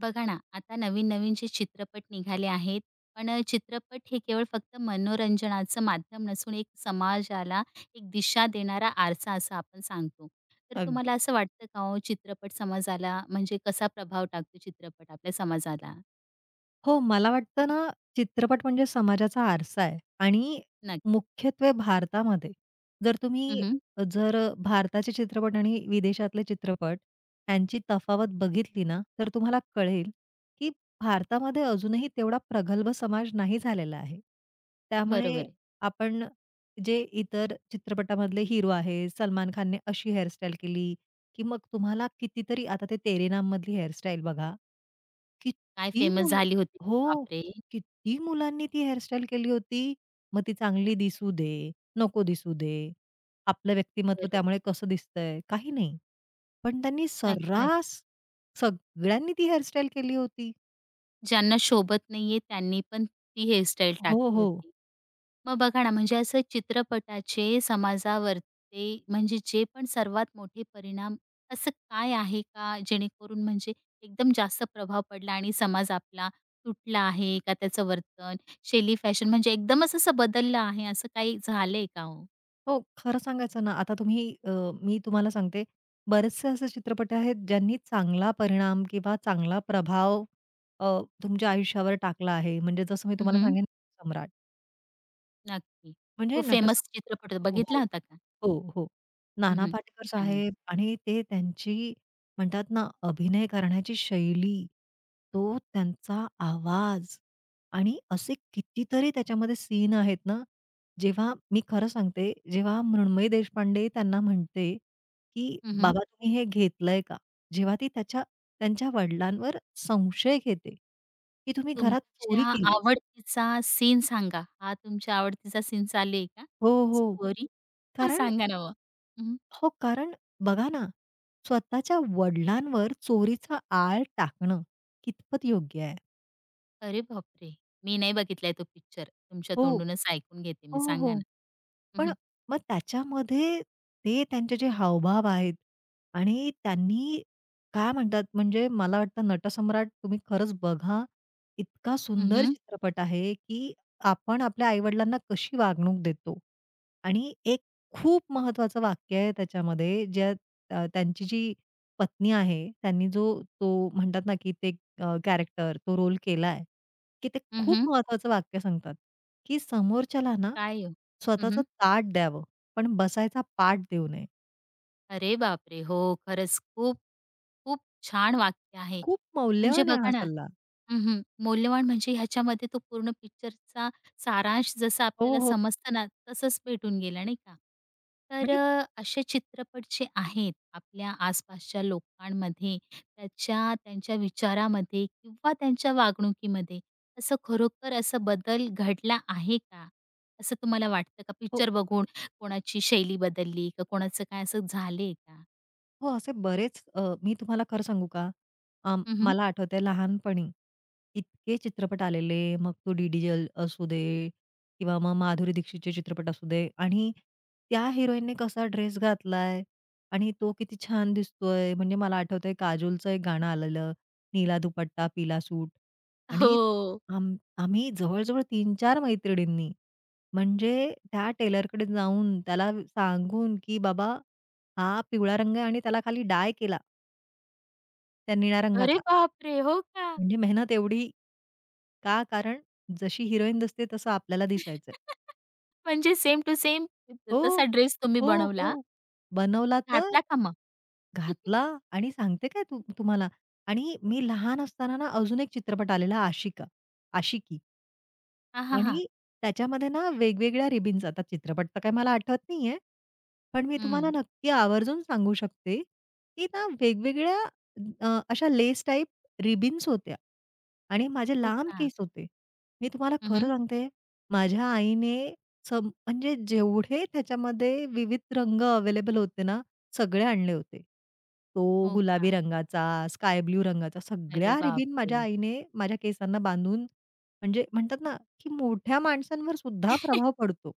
बघा ना, आता नवीन-नवीन जे चित्रपट निघाले आहेत. पण चित्रपट हे केवळ फक्त मनोरंजनाचं माध्यम नसून एक समाजाला एक दिशा देणारा आरसा असं आपण सांगतो. तर अगदी. तुम्हाला असं वाटतं का हो चित्रपट समाजाला म्हणजे कसा प्रभाव टाकतो चित्रपट आपल्या समाजाला? हो, मला वाटतं ना, चित्रपट म्हणजे समाजाचा आरसा आहे आणि नक्की. मुख्यत्वे भारतामध्ये जर तुम्ही हं, जर अ, भारताचे चित्रपट आणि विदेशातले चित्रपट यांची तफावत बघितली ना, तर तुम्हाला कळेल, की भारतामध्ये अजूनही तेवढा प्रगल्भ समाज नाही झालेला आहे. त्यामुळे बरोबर आहे. आपण जे इतर चित्रपटामधले हिरो आहेत, सलमान खानने अशी हेअरस्टाईल केली, की मग तुम्हाला कितीतरी आता ते तेरे नाममधली हेअरस्टाईल बघा. काय किती फेमस मुल झाली होती. हो, बापरे! किती मुलांनी ती हेअरस्टाईल केली होती. मग ती चांगली दिसू दे, नको दिसू दे, आपलं व्यक्तिमत्व बरोबर त्यामुळे आहे. कसं दिसतंय, काही नाही. पण त्यांनी नक्की, सर्रास नक्की. सगळ्यांनी ती हेअरस्टाईल केली होती. ज्यांना शोभत नाहीये त्यांनी पण ती हेअरस्टाईल हो, टाकली हो. होती. मग बघा ना, म्हणजे असं चित्रपटाचे समाजावरती म्हणजे जे पण सर्वात मोठे परिणाम असं काय आहे का जेणेकरून म्हणजे एकदम जास्त प्रभाव पडला आणि समाज आपला तुटला आहे का त्याचं वर्तन, शैली, फॅशन म्हणजे एकदमच असं बदललं आहे असं काही झालंय का हो? हो, खरं सांगायचं ना, मी तुम्हाला सांगते, बरेचसे असे चित्रपट आहेत, ज्यांनी चांगला परिणाम किंवा चांगला प्रभाव अ, तुमच्या आयुष्यावर टाकला आहे. म्हणजे जसं मी तुम्हाला हं, सांगेन, 'सम्राट' नक्की. म्हणजे खूप फेमस नटसम्राट. चित्रपट होता, हो, बघितला हो. होता का? हो, हो. नाना हं, पाटेकर सांगा ना. साहेब आणि ते त्यांची म्हणतात ना, अभिनय करण्याची शैली, तो त्यांचा आवाज आणि असे कितीतरी त्याच्यामध्ये सीन आहेत ना, जेव्हा मी खरं सांगते, जेव्हा मृण्मयी देशपांडे त्यांना म्हणते, की "बाबा तुम्ही हे घेतलंय का?" जेव्हा ती त्यांच्या वडिलांवर संशय घेते, की "तुम्ही घरात चोरी तुमच्या केली आहे." आवडतीचा सीन सांगा. हा तुमच्या आवडतीचा सीन चालेल का? हो, हो. स्टोरी? हो, कारण सांगा ना मग. हं. हो, कारण बघा ना, स्वतःच्या वडिलांवर चोरीचा आळ टाकणं कितपत योग्य आहे? अरे बापरे! मी नाही बघितलाय तो पिक्चर. तुमच्या हो. तोंडूनच ऐकून घेते हो, मी. हो, सांगा हो. ना. हं, पण हं. मग त्याच्यामध्ये ते त्यांचे जे हावभाव आहेत आणि त्यांनी काय म्हणतात, म्हणजे मला वाटतं नटसम्राट तुम्ही खरंच बघा. इतका हं, सुंदर हं. चित्रपट आहे, की आपण आपल्या आई कशी वागणूक देतो आणि एक खूप महत्त्वाचं वाक्य आहे त्याच्यामध्ये, ज्यात त्यांची जी पत्नी आहे, त्यांनी जो तो म्हणतात ना, की ते कॅरेक्टर, तो रोल केलाय, की ते हं, खूप हं. महत्त्वाचं वाक्य सांगतात, की समोरच्याला ना काय हो? हं, स्वतःचं हं. ताट द्यावं, पण बसायचा पाठ देऊ नये. अरे बापरे! हो, खरंच खूप खूप छान वाक्य आहे. खूप म्हणजे मौल्यवान आहे हा बघा ना सल्ला. हं, हं. मौल्यवान म्हणजे ह्याच्यामध्ये तो पूर्ण पिक्चरचा सारांश जसा हो, आपल्याला हो. समजतं ना, तसंच भेटून गेला नाही का? तर म्हणजे असे चित्रपट जे आहेत आपल्या आसपासच्या लोकांमध्ये, त्याच्या त्यांच्या विचारामध्ये किंवा त्यांच्या वागणुकीमध्ये असं खरोखर असा बदल घडला आहे का? असं तुम्हाला वाटतं का हो. पिक्चर बघून कोणाची शैली बदलली का कोणाचं काय असं झालंय का? हो, मी तुम्हाला खरं सांगू का? अ, हं, मला आठवतंय लहानपणी इतके चित्रपट आलेले, मग तो डी-डी जल असू दे किंवा मग माधुरी दीक्षितचे चित्रपट असू दे आणि त्या हिरोईनने कसा ड्रेस घातलाय आणि तो किती छान दिसतोय. म्हणजे मला आठवतंय काजोलचं एक गाणं आलेलं, "नीला दुपट्टा पीला सूट" आणि हो. आम आम्ही जवळ-जवळ 3 मैत्रिणींनी म्हणजे त्या टेलरकडे जाऊन त्याला सांगून, की "बाबा" हा पिवळा रंग आहे आणि त्याला खाली डाय केला त्या निळ्या अरे रंगाचा. बापरे! हो का? म्हणजे मेहनत एवढी का? कारण जशी हिरोईन दिसते तसं आपल्याला दिसायचंय. म्हणजे सेम टू सेम त हो, तसा ड्रेस तुम्ही हो, हो. बनवला, बनवला तर? घातला का मग? घातला आणि सांगते काय तू तुम्हाला. आणि मी लहान असताना ना अजून एक चित्रपट आलेला आशिकी. हां, हां, हां. आणि त्याच्यामध्ये ना वेगवेगळ्या रिबीन्स आता चित्रपट तर काही मला आठवत नाहीये. पण मी तुम्हाला हं. नक्की आवर्जून सांगू शकते, की ना वेगवेगळ्या अशा लेस टाइप रिबीन्स होत्या आणि माझे हो लांब का? केस होते. मी तुम्हाला खरं हं, सांगते, माझ्या आईने म्हणजे जेवढे त्याच्यामध्ये विविध रंग अवेलेबल होते ना, सगळे आणले होते. तो हो गुलाबी का? रंगाचा, स्काय ब्लू रंगाचा सगळ्या अरे रिबीन बापरे! माझ्या आईने माझ्या केसांना बांधून म्हणजे म्हणतात ना, की मोठ्या माणसांवर सुद्धा प्रभाव पडतो.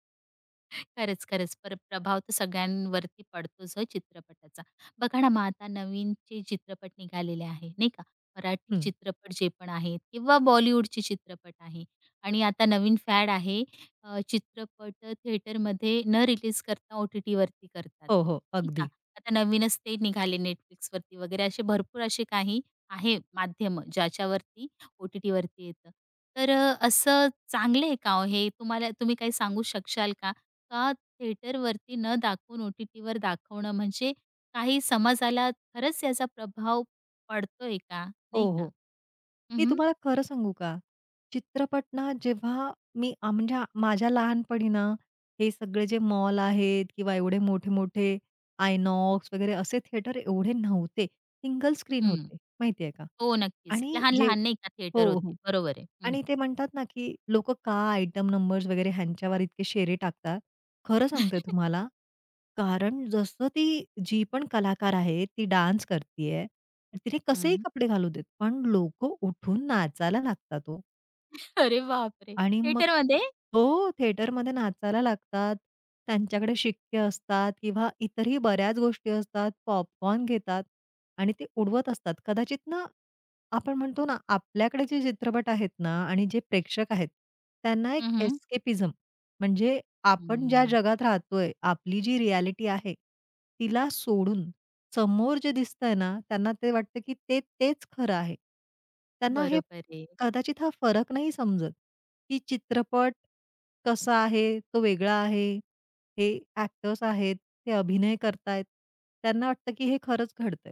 खरंच, खरंच. पर प्रभाव तर सगळ्यांवरती पडतोच हो चित्रपटाचा. बघा ना, मग आता नवीन जे चित्रपट निघालेले आहे, नाही का? मराठी हं. चित्रपट जे पण आहेत किंवा बॉलिवूडचे चित्रपट आहे आणि आता नवीन फॅड आहे चित्रपट थिएटरमध्ये न रिलीज करता ओ-टी-टीवरती करतात, हो, हो. नाही का? अगदी. आता नवीनच ते निघाले Netflixवरती वगैरे असे भरपूर असे काही आहे माध्यमं ज्याच्यावरती ओ-टी-टीवरती येतं. तर असं चांगलं आहे का हो हे? तुम्हाला तुम्ही काही सांगू शकशाल का? का थिएटरवरती न दाखवून ओ-टी-टीवर दाखवणं म्हणजे काही समाजाला खरंच याचा प्रभाव पडतोय का? हो, नाही का? हो. हं, की हं. तुम्हाला खरं सांगू का? चित्रपट ना जेव्हा मी आ, म्हणजे आ- माझ्या लहानपणी ना, हे सगळे जे मॉल आहेत किंवा एवढे मोठे-मोठे आयनॉक्स वगैरे असे थिएटर एवढे नव्हते. सिंगल स्क्रीन होते, माहिती आहे का? हो, नक्कीच. आणि जे लहान-लहान नाही का हो, थिएटर होते. हो. बरोबर आहे. हं, आणि ते म्हणतात ना, की लोकं का आयटम नंबर्स वगैरे ह्यांच्यावर इतके शेरे टाकतात? खरं सांगते हं. तुम्हाला, कारण जसं ती जी पण कलाकार आहे, ती डान्स करतीये, तिने कसेही कपडे घालू देत, पण लोकं उठून नाचायला लागतात ओ. अरे बापरे! आणि मग थिएटरमध्ये? हो, थिएटरमध्ये नाचायला लागतात. त्यांच्याकडे शिक्के असतात किंवा इतरही बऱ्याच गोष्टी असतात. पॉपकॉर्न घेतात आणि ते उडवत असतात. कदाचित ना, आपण म्हणतो ना, आपल्याकडे जे चित्रपट आहेत ना आणि जे प्रेक्षक आहेत, त्यांना एक हं, हं. एस्केपिझम म्हणजे आपण ज्या हं. जगात राहतोय, आपली जी रिॲलिटी आहे, तिला सोडून समोर जे दिसतंय ना, त्यांना ते वाटतं की ते तेच खरं आहे. त्यांना हे बरोबर आहे. कदाचित हा फरक नाही समजत. की चित्रपट कसा आहे, तो वेगळा आहे. हे एक्टर्स आहेत, ते अभिनय करतायत. त्यांना वाटतं की हे खरंच घडतंय.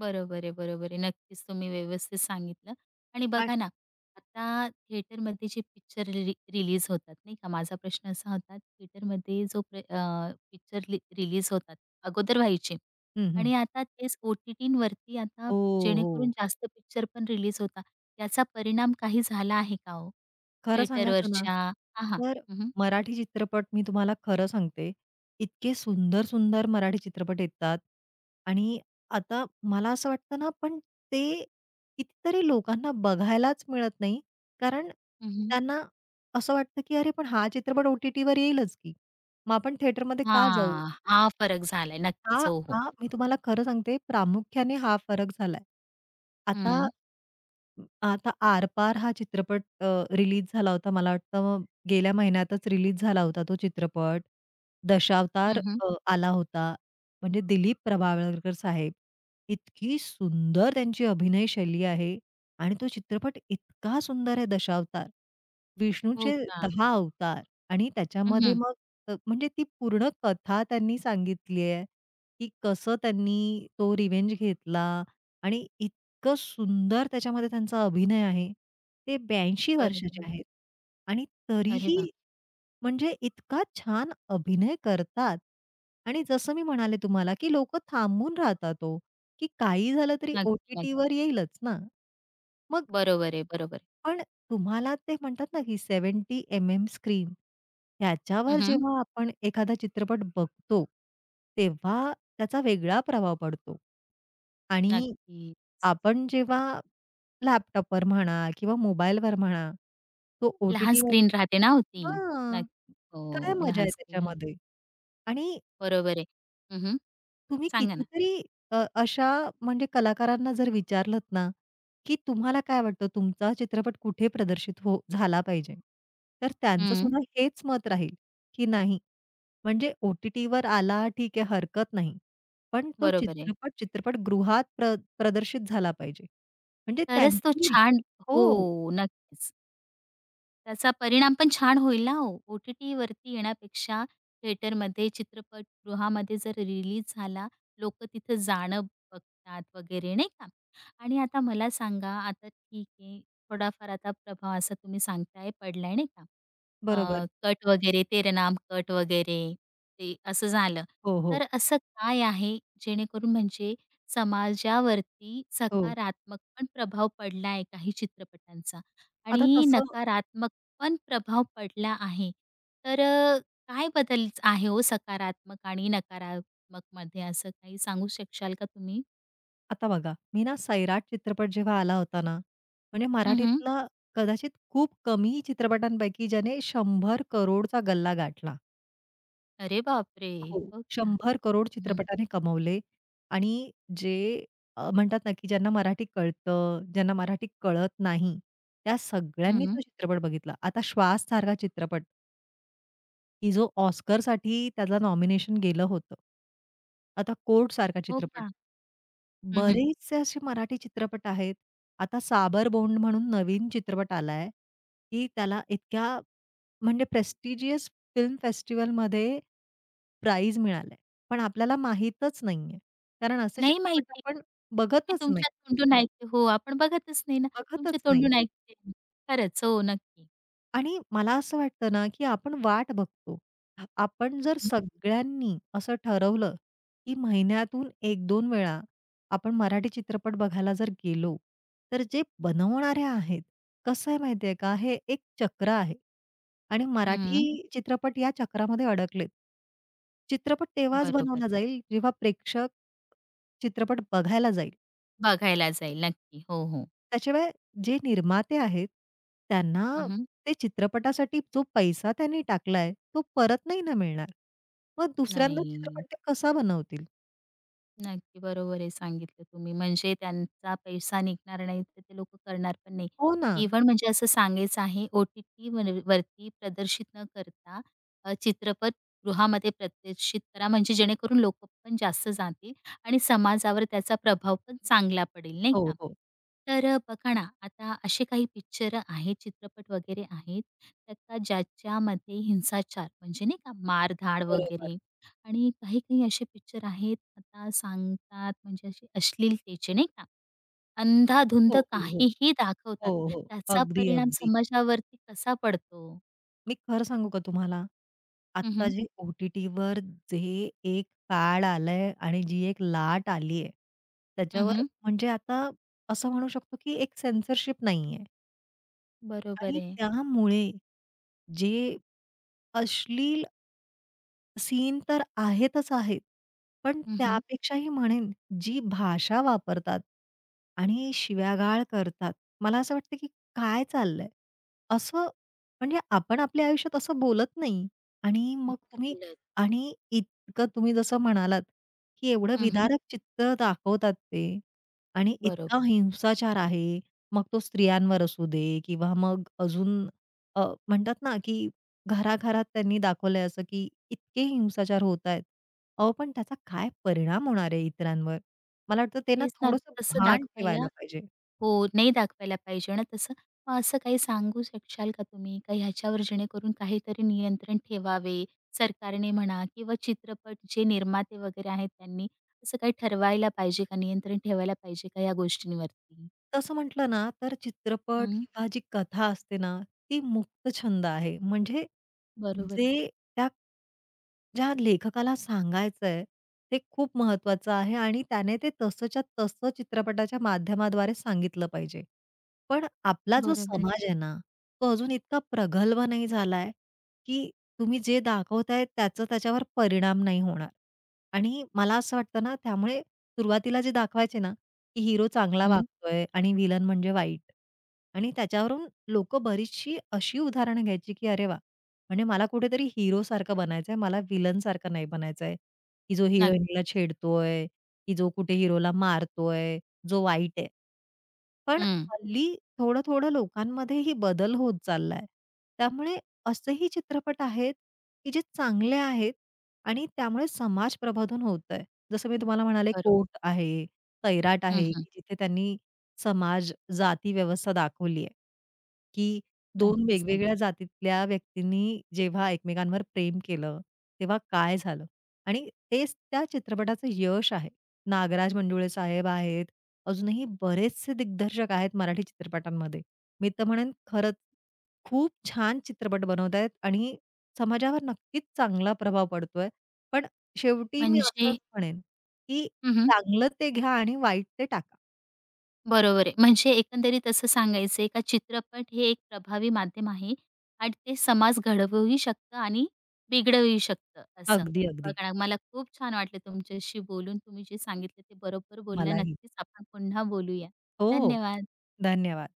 बरोबर आहे, बरोबर आहे. नक्कीच तुम्ही व्यवस्थित सांगितलं आणि आणि बघा ना, आता थिएटरमध्ये जे पिक्चर रिलीज होतात नाही का, माझा प्रश्न असा होता थिएटरमध्ये पिक्चर रिलीज होतात, अगोदर व्हायचे हं, हं. आणि आता तेच ओ-टी-टींवरती आता हो, जेणेकरून हो. जास्त पिक्चर पण रिलीज होतात. याचा परिणाम काही झाला आहे का हो? खरं सांगायचं ना, थिएटरवरच्या हां, हां. तर हं. मराठी चित्रपट मी तुम्हाला खरं सांगते, इतके सुंदर-सुंदर मराठी चित्रपट येतात आणि आता मला असं वाटतं ना, पण ते कितीतरी लोकांना बघायलाच मिळत नाही. कारण हं, हं. त्यांना असं वाटतं, की "अरे, पण हा चित्रपट ओ-टी-टीवर येईलच की, मग आपण थिएटरमध्ये का जाऊ?" हां, हा फरक झालाय. हा, नक्कीच. हो, हो. हां. मी तुम्हाला खरं सांगते प्रामुख्याने हा फरक झालाय. आता हं. आता आरपार हा चित्रपट रिलीज झाला होता. मला वाटतं गेल्या महिन्यातच रिलीज झाला होता तो चित्रपट. हं, दशावतार हं. अ, आला होता. म्हणजे दिलीप प्रभावळकर साहेब. इतकी सुंदर त्यांची अभिनय शैली आहे आणि तो चित्रपट इतका सुंदर आहे दशावतार. हो विष्णूचे का? 10 अवतार आणि हं, त्याच्यामध्ये हं. मग अ, म्हणजे ती पूर्ण कथा त्यांनी सांगितली आहे. की कसं त्यांनी तो रिव्हेंज घेतला आणि इतकं सुंदर त्याच्यामध्ये त्यांचा अभिनय आहे. ते 82 वर्षाचे बरोबर. आहेत आणि अरे तरीही वाह! म्हणजे इतका छान अभिनय करतात आणि जसं मी म्हणाले तुम्हाला, की लोक थांबून राहतात ओ, की काही झालं तरी नक्की, ओ-टी-टीवर नक्की. येईलच ना. मग बरोबर आहे, बरोबर आहे. पण तुम्हाला ते म्हणतात ना, की 70 एम-एम स्क्रीन हं, त्याच्यावर हं. जेव्हा आपण एखादा चित्रपट बघतो, तेव्हा त्याचा वेगळा प्रभाव पडतो. आणि आपण जेव्हा लॅपटॉपवर म्हणा किंवा मोबाईलवर म्हणा, तो लहान ओ-टी-टीवर स्क्रीन राहते ना हो नक्की. हां. काय हो, मजा लहान आहे स्क्रीन त्याच्यामध्ये. आणि बरोबर आहे. हं, तुम्ही सांगा ना. कितीतरी अ, अशा म्हणजे कलाकारांना जर विचारलत ना, की तुम्हाला काय वाटतं तुमचा चित्रपट कुठे प्रदर्शित झाला पाहिजे? तर त्यांचं हं, सुद्धा हेच मत राहील, की नाही म्हणजे ओ-टी-टीवर आला ठीक आहे, हरकत नाही. पण तो बरोबर आहे. चित्रपट चित्रपटगृहात प्रदर्शित झाला पाहिजे. म्हणजे तरच तो त्यांची इच्छा छान हो, हो, नक्कीच. त्याचा परिणाम पण छान होईल ना हो. ओ-टी-टीवरती येण्यापेक्षा थिएटरमध्ये, चित्रपटगृहामध्ये जर रिलीज झाला, लोकं तिथं जाणं बघतात वगैरे नाही का? आणि आता मला सांगा, आता ठीक आहे, थोडाफार आता प्रभाव असा तुम्ही सांगताय पडलाय नाही का? बरोबर. कट वगैरे, तेरे नाम कट वगैरे, ते असं झालं. हो, हो, तर असं काय आहे जेणेकरून म्हणजे समाजावरती हो. सकारात्मक पण प्रभाव पडला आहे काही चित्रपटांचा आता आणि तसं नकारात्मक पण प्रभाव पडला आहे. तर काय बदल आहे हो सकारात्मक आणि नकारात्मकमध्ये असं काही सांगू शकशाल का तुम्ही? आता बघा, मी ना सैराट चित्रपट जेव्हा आला होता ना, म्हणजे हं, मराठीतला कदाचित खूप कमी चित्रपटांपैकी ज्याने 100 करोडचा गल्ला गाठला. अरे बापरे! हो. हो का? 100 करोड हं, हं. चित्रपटाने कमवले. आणि जे म्हणतात ना, की ज्यांना मराठी कळतं, ज्यांना मराठी कळत नाही, त्या सगळ्यांनी तो चित्रपट बघितला. आता श्वास सारखा चित्रपट, की जो ऑस्करसाठी त्याला नॉमिनेशन गेलं होतं. आता कोर्ट सारखा हो चित्रपट, का? बरेचसे असे मराठी चित्रपट आहेत. आता साबरबोंड म्हणून नवीन चित्रपट आलाय, की त्याला इतक्या म्हणजे प्रेस्टिजियस फिल्म फेस्टिव्हलमध्ये प्राईज मिळालंय. पण आपल्याला माहीतच नाहीये. कारण असे नाही चित्रपट माहिती. आपण ते पण मी बघतच नाही, तुमच्या तोंडून ऐकते. हो, आपण बघतच नाही ना. तुमच्या बघतच नाही. तोंडून ऐकते मी. खरंच. हो, नक्की. आणि मला असं वाटतं ना, की आपण वाट बघतो. आपण जर हं, सगळ्यांनी असं ठरवलं, की महिन्यातून एक दोन वेळा आपण मराठी चित्रपट बघायला जर गेलो, तर जे बनवणारे आहेत, कसं आहे माहिती आहे का, हे एक चक्र आहे आणि हं. मराठी चित्रपट या चक्रामध्ये अडकलेत. चित्रपट तेव्हाच बरोबर. बनवला जाईल, जेव्हा प्रेक्षक चित्रपट बघायला जाईल. बघायला जाईल. नक्की. हो, हो. त्याशिवाय जे निर्माते आहेत, त्यांना हं, हं. ते चित्रपटासाठी जो पैसा त्यांनी टाकलाय, तो परत नाही ना मिळणार. मग दुसऱ्यांदा चित्रपट नाही. ते कसा बनवतील? नक्की. बरोबर आहे सांगितलं तुम्ही. म्हणजे त्यांचा पैसा निघणार नाही, तर ते लोकं करणार पण नाही. हो ना. इव्हन म्हणजे असं सांगायचं आहे, ओ-टी-टी वरती प्रदर्शित न करता चित्रपटगृहामध्ये प्रदर्शित करा, म्हणजे जेणेकरून लोकं पण जास्त जातील आणि समाजावर त्याचा प्रभाव पण चांगला पडेल, नाही हो, का? हो. तर बघा ना, आता असे काही पिक्चर आहेत, चित्रपट वगैरे आहेत, तर का ज्याच्यामध्ये हिंसाचार म्हणजे नाही का मारधाड बरोबर. वगैरे आणि काही-काही असे पिक्चर आहेत, आता सांगतात म्हणजे असे अश्लीलतेचे नाही का? हो, अंधाधुंद हो, हो. काहीही हो, दाखवतात. हो. त्याचा अगदी, परिणाम अगदी. समाजावरती कसा पडतो? मी खरं सांगू का तुम्हाला? हं, आत्ता हं. जे ओ-टी-टीवर जे एक काळ आलंय आणि जी एक लाट आली आहे, हं, त्याच्यावर हं. म्हणजे आता असं म्हणू शकतो की एक सेन्सरशिप नाहीये बरोबर आणि आहे. त्यामुळे जे अश्लील सीन तर आहेतच आहेत. पण हं, हं. त्यापेक्षाही म्हणेन जी भाषा वापरतात आणि शिव्यागाळ करतात. मला असं वाटतं, की काय चाललंय? असं म्हणजे आपण आपल्या आयुष्यात असं बोलत नाही आणि मग तुम्ही बोलत. आणि इतकं तुम्ही जसं म्हणालात, की एवढं हं, हं. विदारक चित्र दाखवतात ते आणि इतका बरोबर. हिंसाचार आहे. मग तो स्त्रियांवर असू दे किंवा मग अजून अ, म्हणतात ना, की घराघरात त्यांनी दाखवलंय असं, की इतके हिंसाचार होत आहेत. अहो, पण त्याचा काय परिणाम होणार आहे इतरांवर? मला वाटतं ते ना तेच ना, थोडंसं तसं भान दाखवायला ठेवायला पाहिजे. हो, नाही दाखवायला पाहिजे ना तसं. मग असं काही सांगू शकशाल का तुम्ही? का ह्याच्यावर जेणेकरून काहीतरी नियंत्रण ठेवावे, सरकारने म्हणा किंवा चित्रपट जे निर्माते वगैरे आहेत त्यांनी, असं काही ठरवायला पाहिजे का? नियंत्रण ठेवायला पाहिजे का या गोष्टींवरती? तसं म्हटलं ना, तर चित्रपट हं, किंवा जी कथा असते ना, ती मुक्त छंद आहे. म्हणजे बरोबर, आहे, जे त्या ज्या लेखकाला सांगायचंय, ते खूप महत्वाचं आहे आणि त्याने ते तसंच्या तसं चित्रपटाच्या माध्यमाद्वारे सांगितलं पाहिजे. पण आपला जो बरोबर आहे. समाज आहे ना, तो अजून इतका प्रगल्भ नाही झालाय, की तुम्ही जे दाखवताय त्याचा त्याच्यावर परिणाम नाही होणार. आणि मला असं वाटतं ना, त्यामुळे सुरुवातीला जे दाखवायचे ना, की हिरो चांगला हं, वागतोय आणि व्हिलन म्हणजे वाईट. आणि त्याच्यावरून लोकं बरीचशी अशी उदाहरणं घ्यायची, की अरे वाह! म्हणजे मला कुठेतरी हिरोसारखं बनायचंय, मला व्हिलनसारखं नाही बनायचंय, की जो नक्क हिरोईनला छेडतोय, की जो कुठे हिरोला मारतोय, जो वाईट आहे. पण हं, हल्ली थोडं-थोडं लोकांमध्येही बदल होत चाललाय. त्यामुळे असेही चित्रपट आहेत, की जे चांगले आहेत आणि त्यामुळे समाज प्रबोधन होतंय. जसं मी तुम्हाला म्हणाले, बरोबर. कोट आहे. सैराट हं, आहे, हं. की जिथे त्यांनी समाज, जाती व्यवस्था दाखवली आहे. की 2 नक्कीच, वेगवेगळ्या नक्की. जातीतल्या व्यक्तींनी जेव्हा एकमेकांवर प्रेम केलं, तेव्हा काय झालं? आणि तेच त्या चित्रपटाचं यश आहे. नागराज मंडुळे साहेब आहेत. अजूनही बरेचसे दिग्दर्शक आहेत मराठी चित्रपटांमध्ये. मी तर म्हणेन खरंच खूप छान चित्रपट बनवतायत आणि समाजावर नक्कीच चांगला प्रभाव पडतोय. पण शेवटी मी म्हणजे असंच म्हणेन, की हं, हं. चांगलं ते घ्या आणि वाईट ते टाका. बरोबर आहे. म्हणजे एकंदरीत असं सांगायचं आहे का चित्रपट हे एक प्रभावी माध्यम आहे आणि ते समाज घडवूही शकतं आणि बिघडवूही शकतं असं. अगदी, अगदी. बघा ना, मला खूप छान वाटलं तुमच्याशी बोलून. तुम्ही जे सांगितलं ते बरोबर बोलल्या. मलाही. नक्कीच आपण पुन्हा बोलूया. हो, हो. धन्यवाद. धन्यवाद.